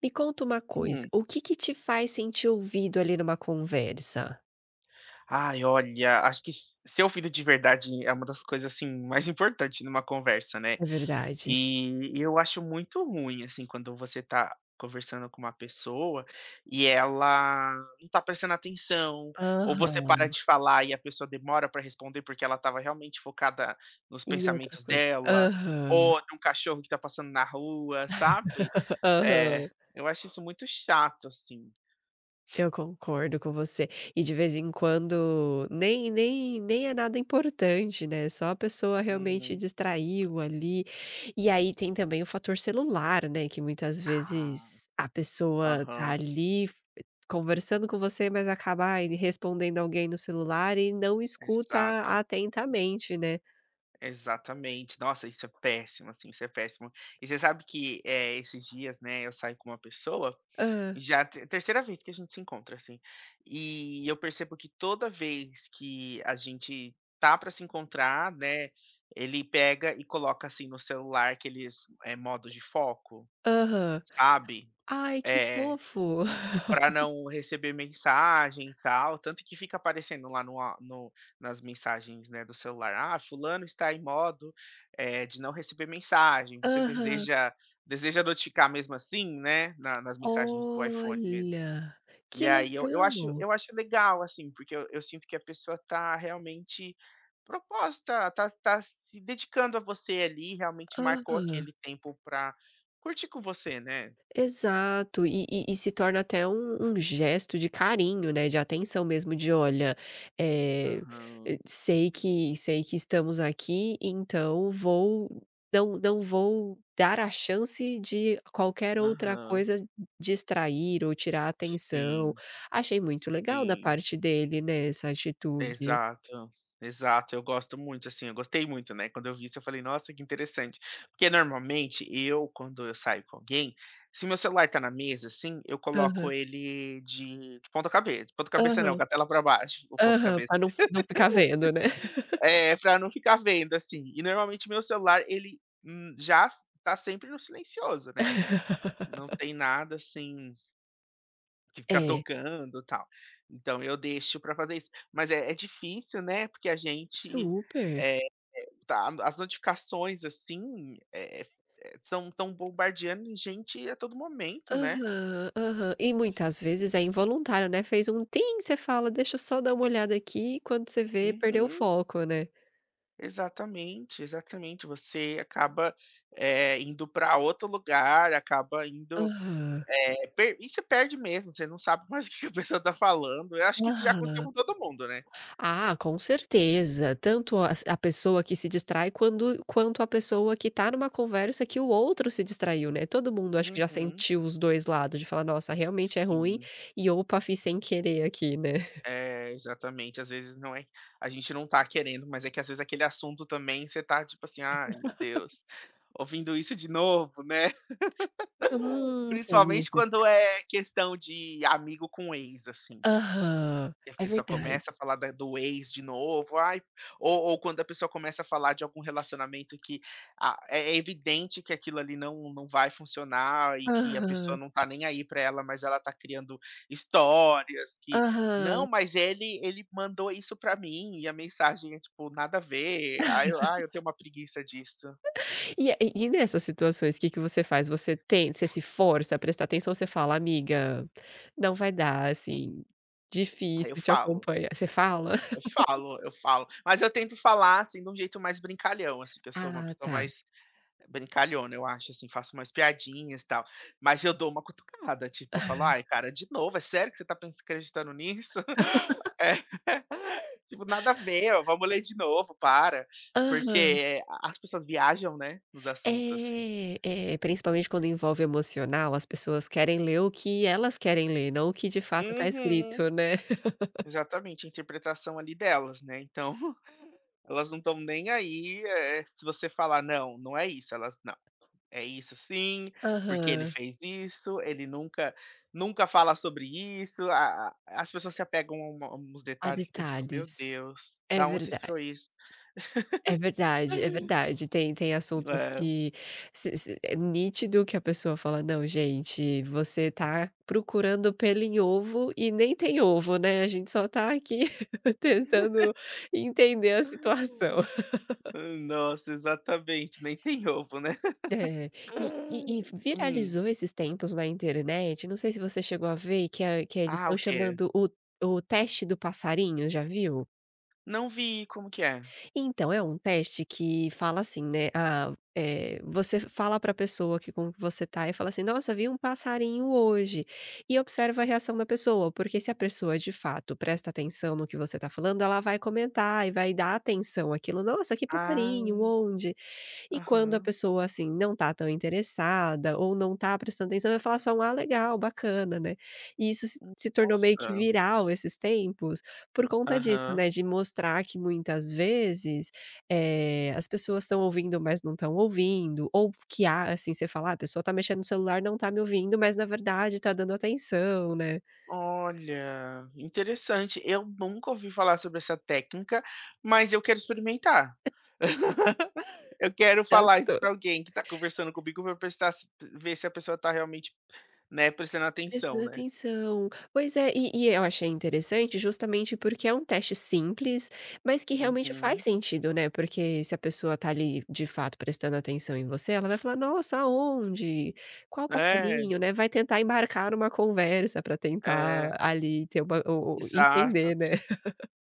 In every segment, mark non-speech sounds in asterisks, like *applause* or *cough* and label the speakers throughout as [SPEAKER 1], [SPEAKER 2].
[SPEAKER 1] Me conta uma coisa,
[SPEAKER 2] Hum.
[SPEAKER 1] o que que te faz sentir ouvido ali numa conversa?
[SPEAKER 2] Ai, olha, acho que s ser ouvido de verdade é uma das coisas, assim, mais importante numa conversa, né.
[SPEAKER 1] É verdade.
[SPEAKER 2] E eu acho muito ruim, assim, quando você tá conversando com uma pessoa e ela não tá prestando atenção, ou você para
[SPEAKER 1] Aham.
[SPEAKER 2] de falar e a pessoa demora para responder porque ela estava realmente focada nos
[SPEAKER 1] E outra
[SPEAKER 2] pensamentos
[SPEAKER 1] coisa.
[SPEAKER 2] dela,
[SPEAKER 1] Aham,
[SPEAKER 2] ou num cachorro que tá passando na rua, sabe. É,
[SPEAKER 1] aham.
[SPEAKER 2] eu acho isso muito chato, assim.
[SPEAKER 1] Eu concordo com você. E de vez em quando nem é nada importante, né, só a pessoa realmente
[SPEAKER 2] Uhum.
[SPEAKER 1] distraiu ali. E aí tem também o fator celular, né, que muitas
[SPEAKER 2] Ah,
[SPEAKER 1] vezes a pessoa tá
[SPEAKER 2] aham.
[SPEAKER 1] ali f conversando com você, mas acaba, ai, respondendo alguém no celular e não escuta
[SPEAKER 2] Exato,
[SPEAKER 1] atentamente, né.
[SPEAKER 2] exatamente. Nossa, isso é péssimo, assim, isso é péssimo. E você sabe que, esses dias, né, eu saio com uma pessoa,
[SPEAKER 1] Ah,
[SPEAKER 2] já te terceira vez que a gente se encontra, assim, e eu percebo que toda vez que a gente tá para se encontrar, né, ele pega e coloca, assim, no celular aqueles, modo de foco,
[SPEAKER 1] aham.
[SPEAKER 2] sabe?
[SPEAKER 1] "Ai, que
[SPEAKER 2] É.
[SPEAKER 1] fofo."
[SPEAKER 2] Para não receber mensagem e tal, tanto que fica aparecendo lá no a no nas mensagens, né, do celular: "Ah, fulano está em modo, de não receber mensagem, você
[SPEAKER 1] Aham.
[SPEAKER 2] deseja notificar mesmo assim?", né, na nas mensagens do iPhone mesmo.
[SPEAKER 1] "Olha,
[SPEAKER 2] E
[SPEAKER 1] que
[SPEAKER 2] aí eu eu acho
[SPEAKER 1] legal."
[SPEAKER 2] eu acho legal, assim, porque eu sinto que a pessoa tá realmente proposta, tá se dedicando a você ali, realmente marcou
[SPEAKER 1] Aham.
[SPEAKER 2] aquele tempo pra curtir com você, né.
[SPEAKER 1] Exato, e se torna até um gesto de carinho, né, de atenção mesmo, de olha, eh,
[SPEAKER 2] Aham,
[SPEAKER 1] sei que estamos aqui, então vou não vou dar a chance de qualquer outra
[SPEAKER 2] aham,
[SPEAKER 1] coisa distrair ou tirar a atenção.
[SPEAKER 2] sim.
[SPEAKER 1] Achei muito legal da
[SPEAKER 2] Sim,
[SPEAKER 1] parte dele, né, essa atitude.
[SPEAKER 2] exato, exato. Eu gosto muito, assim, eu gostei muito, né, quando eu vi isso eu falei: "Nossa, que interessante". Porque normalmente eu, quando eu saio com alguém, se meu celular tá na mesa, assim, eu coloco
[SPEAKER 1] Aham,
[SPEAKER 2] ele de ponta cabeça de ponta cabeça não,
[SPEAKER 1] aham,
[SPEAKER 2] com a tela pra baixo, o ponta
[SPEAKER 1] aham,
[SPEAKER 2] cabeça
[SPEAKER 1] pra não ficar vendo, né.
[SPEAKER 2] pra não ficar vendo, assim. E normalmente meu celular ele, já s tá sempre no silencioso, né,
[SPEAKER 1] *laughs*
[SPEAKER 2] não tem nada assim que ficar
[SPEAKER 1] É,
[SPEAKER 2] tocando e tal. Então eu deixo pra fazer isso. Mas é difícil, né, porque a gente,
[SPEAKER 1] super.
[SPEAKER 2] eh, tá as notificações, assim, são tão bombardeando a gente a todo momento, né.
[SPEAKER 1] Aham, aham. E muitas vezes é involuntário, né, fez um tim, você fala: "Deixa eu só dar uma olhada aqui", e quando você vê, perdeu o
[SPEAKER 2] Uhum.
[SPEAKER 1] foco, né.
[SPEAKER 2] Exatamente, exatamente. Você acaba, indo para outro lugar, acaba indo,
[SPEAKER 1] Aham,
[SPEAKER 2] eh, per e você perde mesmo, você não sabe mais *laughs* o que que a pessoa tá falando. Eu acho que isso já aconteceu
[SPEAKER 1] aham.
[SPEAKER 2] com todo mundo, né.
[SPEAKER 1] Ah, com certeza, tanto as a pessoa que se distrai quando quanto a pessoa que tá numa conversa que o outro se distraiu, né. Todo mundo acho que já
[SPEAKER 2] Uhum.
[SPEAKER 1] sentiu os 2 lados, de falar: "Nossa, realmente é ruim",
[SPEAKER 2] Sim.
[SPEAKER 1] e "Opa, fiz sem querer aqui", né. *laughs*
[SPEAKER 2] É, exatamente. Às vezes a gente não tá querendo, mas é que às vezes aquele assunto também você tá tipo assim: "Ai, meu Deus, ouvindo isso de novo", né. *laughs*
[SPEAKER 1] Tem
[SPEAKER 2] Principalmente
[SPEAKER 1] esses
[SPEAKER 2] quando
[SPEAKER 1] ca
[SPEAKER 2] é questão de amigo com ex, assim.
[SPEAKER 1] Aham,
[SPEAKER 2] E a
[SPEAKER 1] é
[SPEAKER 2] pessoa
[SPEAKER 1] verdade.
[SPEAKER 2] começa a falar da do ex de novo, ai ou quando a pessoa começa a falar de algum relacionamento que, ah, é evidente que aquilo ali não vai funcionar e que a pessoa
[SPEAKER 1] Aham,
[SPEAKER 2] não tá nem aí pra ela, mas ela tá criando histórias que: "Não,
[SPEAKER 1] aham.
[SPEAKER 2] mas ele mandou isso pra mim", e a mensagem é tipo nada a ver. Aí eu tenho uma preguiça disso.
[SPEAKER 1] E nessas situações, o que que você faz? Você se força a prestar atenção ou você fala: "Amiga, não vai dar, assim,
[SPEAKER 2] Aí eu
[SPEAKER 1] difícil te
[SPEAKER 2] falo,
[SPEAKER 1] acompanhar". Você fala?
[SPEAKER 2] eu
[SPEAKER 1] *laughs*
[SPEAKER 2] falo, eu falo. Mas eu tento falar, assim, de um jeito mais brincalhão, assim, que eu sou uma
[SPEAKER 1] Ah,
[SPEAKER 2] pessoa
[SPEAKER 1] tá.
[SPEAKER 2] mais brincalhona, eu acho, assim, faço umas piadinhas, e tal. Mas eu dou uma cutucada, tipo, eu falo: "Ai, cara, de novo? É sério que você tá pensan acreditando nisso?" *laughs* É. Tipo, nada a ver, ó, vamos ler de novo, para. Porque
[SPEAKER 1] Aham.
[SPEAKER 2] a as pessoas viajam, né, nos assuntos, assim.
[SPEAKER 1] É, principalmente quando envolve emocional, as pessoas querem ler o que elas querem ler, não o que de fato está
[SPEAKER 2] Uhum.
[SPEAKER 1] escrito, né.
[SPEAKER 2] Exatamente, a interpretação ali delas, né, então *laughs* elas não estão nem aí, se você falar: "Não, não é isso", elas. É isso sim, porque ele
[SPEAKER 1] Aham.
[SPEAKER 2] fez isso, ele nunca fala sobre isso, a as pessoas se apegam a uma a uns
[SPEAKER 1] Há
[SPEAKER 2] detalhes que eu fico: "Meu
[SPEAKER 1] detalhes.
[SPEAKER 2] Deus,
[SPEAKER 1] É
[SPEAKER 2] da onde você
[SPEAKER 1] verdade.
[SPEAKER 2] tirou isso?".
[SPEAKER 1] É verdade, é verdade. Tem assuntos
[SPEAKER 2] É.
[SPEAKER 1] que se é nítido que a pessoa fala: "Não, gente, você tá procurando pelo em ovo e nem tem ovo, né, a gente só tá aqui *laughs* tentando entender a situação".
[SPEAKER 2] *laughs* Nossa, exatamente, nem tem ovo, né.
[SPEAKER 1] É. E
[SPEAKER 2] *laughs* Hum.
[SPEAKER 1] viralizou esses tempos na internet, não sei se você chegou a ver, que eles
[SPEAKER 2] Ah,
[SPEAKER 1] estão
[SPEAKER 2] o quê?
[SPEAKER 1] chamando o teste do passarinho, já viu?
[SPEAKER 2] Não vi, como que é?
[SPEAKER 1] Então, é um teste que fala assim, né, você fala para a pessoa que com que você tá e fala assim: "Nossa, vi um passarinho hoje", e observa a reação da pessoa, porque se a pessoa de fato presta atenção no que você tá falando, ela vai comentar e vai dar atenção àquilo: "Nossa, que
[SPEAKER 2] Ah,
[SPEAKER 1] passarinho, onde?". E quando a
[SPEAKER 2] aham.
[SPEAKER 1] pessoa, assim, não tá tão interessada ou não tá prestando atenção, vai falar só um: "Ah, legal, bacana", né. E isso se tornou meio que
[SPEAKER 2] Nossa.
[SPEAKER 1] viral esses tempos por conta disso,
[SPEAKER 2] Aham.
[SPEAKER 1] né, de mostrar que muitas vezes, as pessoas estão ouvindo, mas não estão ouvindo, ou que há assim, você fala: "Ah, a pessoa tá mexendo no celular, não tá me ouvindo, mas na verdade tá dando atenção", né.
[SPEAKER 2] Olha, interessante. Eu nunca ouvi falar sobre essa técnica, mas eu quero experimentar. *laughs* Eu quero falar isso para
[SPEAKER 1] *laughs*
[SPEAKER 2] alguém que está conversando comigo para prestar se ver se a pessoa está realmente, né, prestando atenção,
[SPEAKER 1] Prestando
[SPEAKER 2] né.
[SPEAKER 1] atenção. Pois é, e eu achei interessante justamente porque é um teste simples, mas que realmente faz
[SPEAKER 2] Uhum.
[SPEAKER 1] sentido, né, porque se a pessoa tá ali, de fato, prestando atenção em você, ela vai falar: "Nossa, aonde? Qual
[SPEAKER 2] É,
[SPEAKER 1] passarinho?", né, vai tentar embarcar numa conversa para tentar
[SPEAKER 2] é,
[SPEAKER 1] ali ter uma o entender,
[SPEAKER 2] exato.
[SPEAKER 1] né.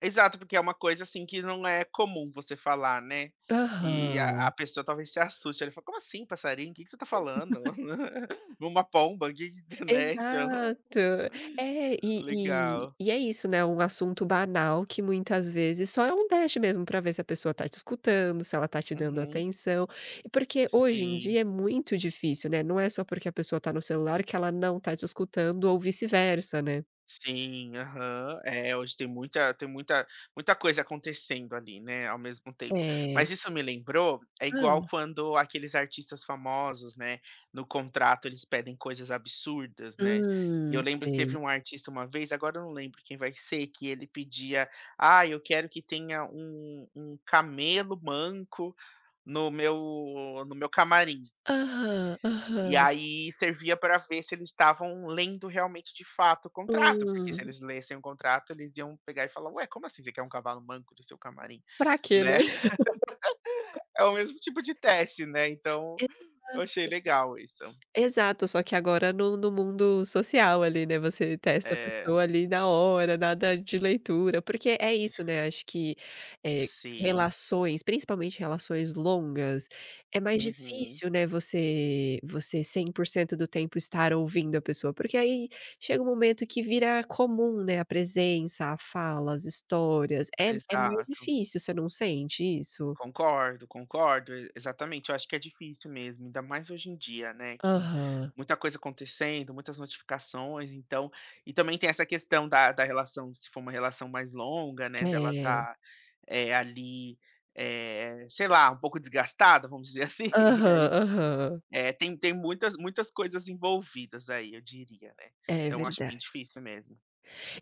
[SPEAKER 2] Exato, porque é uma coisa, assim, que não é comum você falar, né.
[SPEAKER 1] *laughs*
[SPEAKER 2] E a
[SPEAKER 1] Aham.
[SPEAKER 2] pessoa talvez se assuste. Ele fala: "Como assim passarinho? O que que você tá falando? *laughs* Uma pomba? Que", né, então,
[SPEAKER 1] Exato.
[SPEAKER 2] *laughs*
[SPEAKER 1] É, e e
[SPEAKER 2] legal.
[SPEAKER 1] e é isso, né, um assunto banal que muitas vezes só é um teste mesmo para ver se a pessoa tá te escutando, se ela tá te dando
[SPEAKER 2] Uhum.
[SPEAKER 1] atenção. E porque hoje em
[SPEAKER 2] Sim,
[SPEAKER 1] dia é muito difícil, né, não é só porque a pessoa tá no celular que ela não tá te escutando ou vice-versa, né.
[SPEAKER 2] sim, aham. É, hoje tem muita muita coisa acontecendo ali, né, ao mesmo tempo.
[SPEAKER 1] É.
[SPEAKER 2] Mas isso me lembrou é igual
[SPEAKER 1] Hã.
[SPEAKER 2] quando aqueles artistas famosos, né, no contrato eles pedem coisas absurdas, né. E eu lembro que teve
[SPEAKER 1] Sei.
[SPEAKER 2] um artista uma vez, agora eu não lembro quem vai ser, que ele pedia: "Ah, eu quero que tenha um camelo manco no meu camarim".
[SPEAKER 1] Aham,
[SPEAKER 2] E
[SPEAKER 1] aham.
[SPEAKER 2] aí servia para ver se eles estavam lendo realmente de fato o contrato, porque se
[SPEAKER 1] Hum,
[SPEAKER 2] eles lessem o contrato, eles iam pegar e falar: "Ué, como assim você quer um cavalo manco do seu camarim?",
[SPEAKER 1] pra quê, né?
[SPEAKER 2] né. *laughs* É o mesmo tipo de teste, né, então eu
[SPEAKER 1] *laughs*
[SPEAKER 2] achei legal isso.
[SPEAKER 1] Exato, só que agora no mundo social ali, né, você testa a
[SPEAKER 2] É.
[SPEAKER 1] pessoa ali na hora, nada de leitura, porque é isso, né, acho que, eh,
[SPEAKER 2] Sim.
[SPEAKER 1] relações, principalmente relações longas, é mais
[SPEAKER 2] Uhum.
[SPEAKER 1] difícil, né, você 100% do tempo estar ouvindo a pessoa, porque aí chega um momento que vira comum, né, a presença, a fala, as histórias, é mais
[SPEAKER 2] Exato.
[SPEAKER 1] difícil, você não sente isso?
[SPEAKER 2] Concordo, concordo, e exatamente. Eu acho que é difícil mesmo, ainda mais hoje em dia, né, que
[SPEAKER 1] Aham.
[SPEAKER 2] muita coisa acontecendo, muitas notificações, então e também tem essa questão da relação, se for uma relação mais longa, né, dela
[SPEAKER 1] É.
[SPEAKER 2] tá, ali, sei lá, um pouco desgastada, vamos dizer assim, *laughs* e
[SPEAKER 1] Aham,
[SPEAKER 2] aí
[SPEAKER 1] aham.
[SPEAKER 2] tem muitas muitas coisas envolvidas aí, eu diria, né.
[SPEAKER 1] É
[SPEAKER 2] Então acho bem
[SPEAKER 1] verdade.
[SPEAKER 2] difícil mesmo.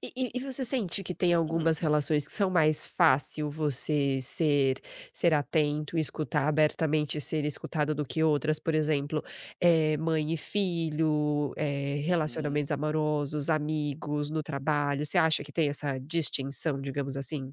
[SPEAKER 1] E você sente que tem
[SPEAKER 2] Hum,
[SPEAKER 1] algumas relações que são mais fácil você ser atento, escutar abertamente, ser escutado do que outras? Por exemplo, mãe e filho,
[SPEAKER 2] uhum.
[SPEAKER 1] relacionamentos amorosos, amigos, no trabalho. Você acha que tem essa distinção, digamos assim?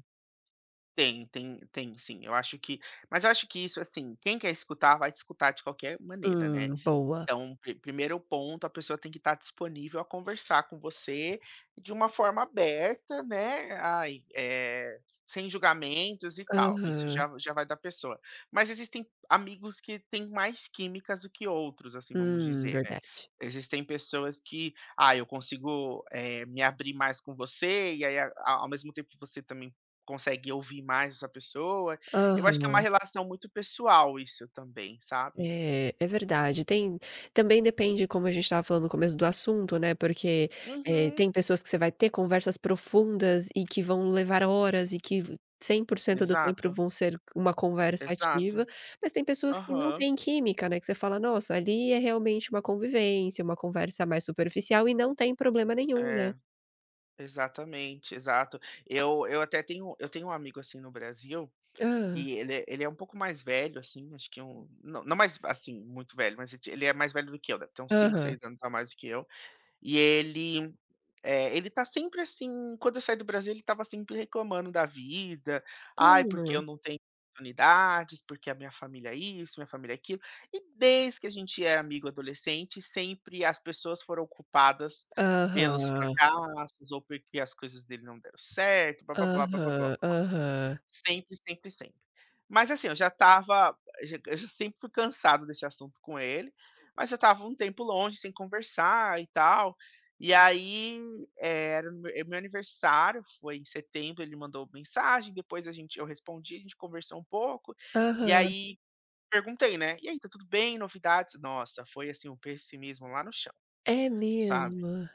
[SPEAKER 2] Tem, tem sim. Eu acho que mas eu acho que isso, assim, quem quer escutar vai te escutar de qualquer maneira, né.
[SPEAKER 1] Boa.
[SPEAKER 2] Então, primeiro ponto, a pessoa tem que estar disponível a conversar com você de uma forma aberta, né, ai, sem julgamentos e tal. Isso
[SPEAKER 1] Aham.
[SPEAKER 2] já já vai da pessoa. Mas existem amigos que têm mais químicas do que outros, assim, vamos dizer, né.
[SPEAKER 1] Verdade.
[SPEAKER 2] Existem pessoas que: "Ah, eu consigo, me abrir mais com você", e aí ao mesmo tempo você também consegue ouvir mais essa pessoa. Eu acho que é uma
[SPEAKER 1] Aham.
[SPEAKER 2] relação muito pessoal isso também, sabe.
[SPEAKER 1] É, é verdade. Tem também depende, como a gente estava falando no começo do assunto, né, porque,
[SPEAKER 2] Uhum.
[SPEAKER 1] tem pessoas que você vai ter conversas profundas e que vão levar horas e que 100% do tempo
[SPEAKER 2] Exato,
[SPEAKER 1] vão ser uma conversa ativa,
[SPEAKER 2] exato.
[SPEAKER 1] mas tem pessoas que não
[SPEAKER 2] Aham.
[SPEAKER 1] têm química, né, que você fala: "Nossa, ali é realmente uma convivência, uma conversa mais superficial", e não tem problema nenhum, né.
[SPEAKER 2] É, exatamente, exato. Eu tenho um amigo, assim, no Brasil,
[SPEAKER 1] Ah,
[SPEAKER 2] que ele é um pouco mais velho, assim, acho que não não mais, assim, muito velho, mas ele é mais velho do que eu, deve ter uns 5
[SPEAKER 1] aham.
[SPEAKER 2] 6 anos a mais do que eu. E ele tá sempre assim quando eu saí do Brasil, ele tava sempre reclamando da vida. "Ai, porque eu
[SPEAKER 1] Hã.
[SPEAKER 2] não tenho oportunidades, porque a minha família é isso, minha família é aquilo". E desde que a gente era amigo adolescente, sempre as pessoas foram culpadas pelos
[SPEAKER 1] Aham.
[SPEAKER 2] fracassos ou porque as coisas dele não deram certo, blá-blá-blá, blá-blá-blá.
[SPEAKER 1] Aham, aham.
[SPEAKER 2] Sempre, sempre, sempre. Mas assim, eu já sempre fui cansado desse assunto com ele, mas eu estava um tempo longe, sem conversar e tal. E aí, era o meu aniversário, foi em setembro, ele mandou mensagem, depois a gente eu respondi, a gente conversou um pouco, e
[SPEAKER 1] Aham.
[SPEAKER 2] aí perguntei, né: "E aí, tá tudo bem? Novidades?" Nossa, foi assim, um pessimismo lá no chão,
[SPEAKER 1] É
[SPEAKER 2] sabe?
[SPEAKER 1] mesmo.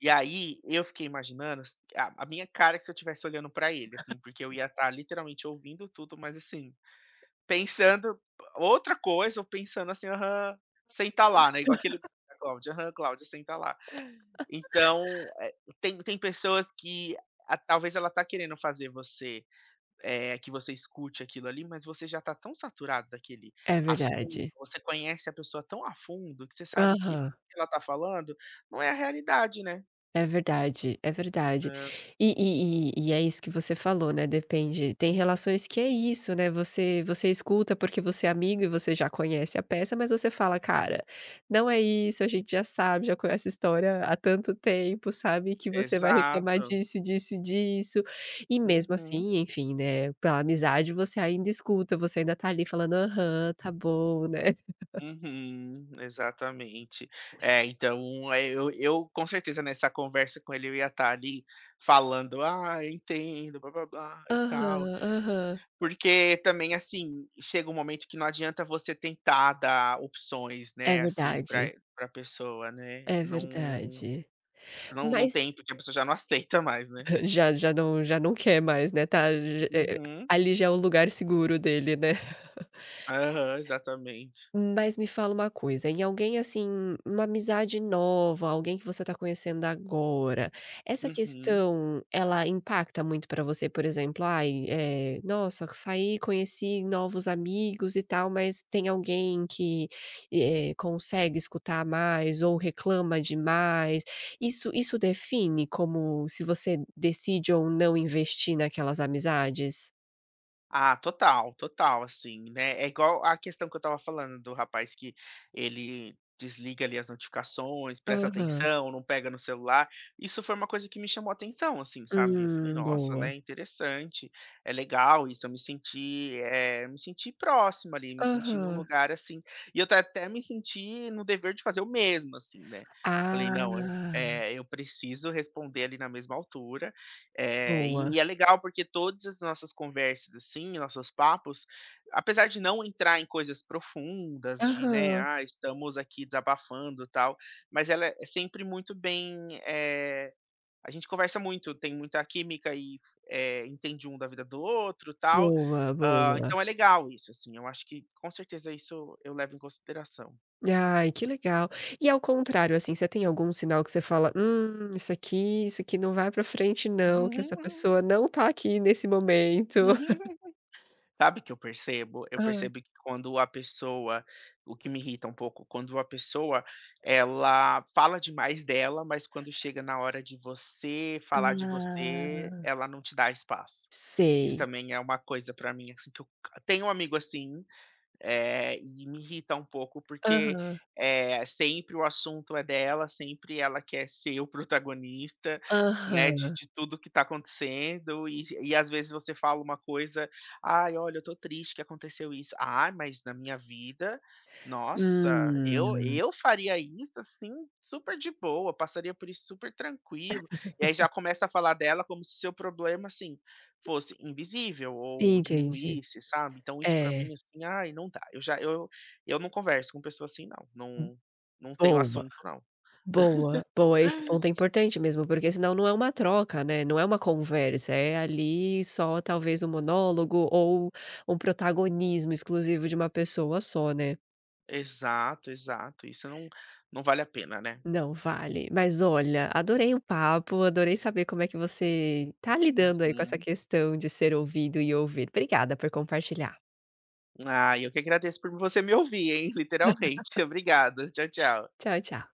[SPEAKER 2] E aí, eu fiquei imaginando s a minha cara que se eu estivesse olhando pra ele, assim, porque eu ia estar literalmente ouvindo tudo, mas assim, pensando outra coisa ou pensando assim: "Aham, senta lá", né, igual aquele da Cláudia, "Aham, Cláudia, senta lá". Então, tem pessoas que a talvez ela tá querendo fazer você, que você escute aquilo ali, mas você já tá tão saturado daquele
[SPEAKER 1] É verdade.
[SPEAKER 2] assunto, você conhece a pessoa tão a fundo que você sabe que o
[SPEAKER 1] Aham,
[SPEAKER 2] que ela tá falando não é a realidade, né.
[SPEAKER 1] é verdade, é verdade. E é isso que você falou, né, depende tem relações que é isso, né, você escuta porque você é amigo e você já conhece a peça, mas você fala: "Cara, não é isso, a gente já sabe, já conhece a história há tanto tempo, sabe que você vai reclamar
[SPEAKER 2] Exato.
[SPEAKER 1] disso, disso e disso". E mesmo
[SPEAKER 2] Uhum,
[SPEAKER 1] assim, enfim, né, pela amizade você ainda escuta, você ainda tá ali falando: "Aham, tá bom", né.
[SPEAKER 2] uhum, exatamente. É, então, eu com certeza nessa conversa com ele eu ia estar ali falando: "Ah, eu entendo, blá-blá-blá e tal".
[SPEAKER 1] Aham, aham.
[SPEAKER 2] Porque também, assim, chega um momento que não adianta você tentar dar opções,
[SPEAKER 1] É
[SPEAKER 2] né, assim,
[SPEAKER 1] verdade,
[SPEAKER 2] pra pessoa, né.
[SPEAKER 1] é
[SPEAKER 2] Não
[SPEAKER 1] verdade.
[SPEAKER 2] não
[SPEAKER 1] Mas
[SPEAKER 2] tem, porque a pessoa já não aceita mais, né.
[SPEAKER 1] *laughs* já não quer mais, né,
[SPEAKER 2] Uhum.
[SPEAKER 1] ali já é o lugar seguro dele, né?
[SPEAKER 2] Aham, exatamente.
[SPEAKER 1] Mas me fala uma coisa, em alguém assim, uma amizade nova, alguém que você está conhecendo agora, essa
[SPEAKER 2] Uhum.
[SPEAKER 1] questão ela impacta muito para você, por exemplo, "Ai, nossa, saí, conheci novos amigos e tal", mas tem alguém que, consegue escutar mais ou reclama demais. Isso define como se você decide ou não investir naquelas amizades?
[SPEAKER 2] Ah, total, total, assim, né, é igual a questão que eu estava falando do rapaz que ele desliga ali as notificações, presta
[SPEAKER 1] Aham.
[SPEAKER 2] atenção, não pega no celular, isso foi uma coisa que me chamou atenção, assim, sabe, eu falei: "Nossa,
[SPEAKER 1] Boa.
[SPEAKER 2] né, interessante, é legal isso", eu me senti, eh, me senti próximo ali, me senti num
[SPEAKER 1] Aham.
[SPEAKER 2] lugar, assim, e eu ta até me senti no dever de fazer o mesmo, assim, né, falei: "Não,
[SPEAKER 1] Ah,
[SPEAKER 2] eu preciso responder ali na mesma altura, é,
[SPEAKER 1] boa.
[SPEAKER 2] e é legal porque todas as nossas conversas, assim, nossos papos, apesar de não entrar em coisas profundas, de, né,
[SPEAKER 1] Aham.
[SPEAKER 2] ah, estamos aqui desabafando tal, mas ela é sempre muito bem. eh, a gente conversa muito, tem muita química e entende um da vida do outro tal.
[SPEAKER 1] Boa,
[SPEAKER 2] Ah,
[SPEAKER 1] boa.
[SPEAKER 2] então é legal isso, assim, eu acho que com certeza isso eu levo em consideração.
[SPEAKER 1] Ai, que legal. E ao contrário, assim, você tem algum sinal que você fala: isso aqui não vai pra frente não, que essa
[SPEAKER 2] *laughs*
[SPEAKER 1] pessoa não tá aqui nesse momento".
[SPEAKER 2] Sabe o que eu percebo? Eu
[SPEAKER 1] Hã.
[SPEAKER 2] percebo que quando a pessoa o que me irrita um pouco, quando a pessoa, ela fala demais dela, mas quando chega na hora de você falar de você,
[SPEAKER 1] Ah,
[SPEAKER 2] ela não te dá espaço. Isso
[SPEAKER 1] sei.
[SPEAKER 2] também é uma coisa pra mim, assim, que eu tenho um amigo assim, e me irrita um pouco, porque,
[SPEAKER 1] Aham,
[SPEAKER 2] é sempre o assunto é dela, sempre ela quer ser o protagonista, né, de
[SPEAKER 1] aham.
[SPEAKER 2] de tudo que está acontecendo e às vezes você fala uma coisa: "Ai, olha, eu tô triste que aconteceu isso". "Ah, mas na minha vida, nossa, eu
[SPEAKER 1] Hum,
[SPEAKER 2] eu faria isso, assim, super de boa, passaria por isso super tranquilo". E aí já começa a falar dela como se seu problema, assim, fosse invisível ou
[SPEAKER 1] entendi.
[SPEAKER 2] diminuísse, sabe. Então isso pra
[SPEAKER 1] É,
[SPEAKER 2] mim, assim, ai, não dá. Eu já eu não converso com pessoa assim não, não tenho
[SPEAKER 1] boa.
[SPEAKER 2] assunto não.
[SPEAKER 1] Boa, boa, esse ponto é importante mesmo, porque senão não é uma troca, né, não é uma conversa, é ali só talvez um monólogo ou um protagonismo exclusivo de uma pessoa só, né.
[SPEAKER 2] Exato, exato. Isso não vale a pena, né.
[SPEAKER 1] Não, vale. Mas olha, adorei o papo, adorei saber como é que você tá lidando aí com essa
[SPEAKER 2] Uhum.
[SPEAKER 1] questão de ser ouvido e ouvir. Obrigada por compartilhar.
[SPEAKER 2] Ah, eu que agradeço por você me ouvir, hein, literalmente. *laughs* Obrigado. Tchau, tchau.
[SPEAKER 1] Tchau, tchau.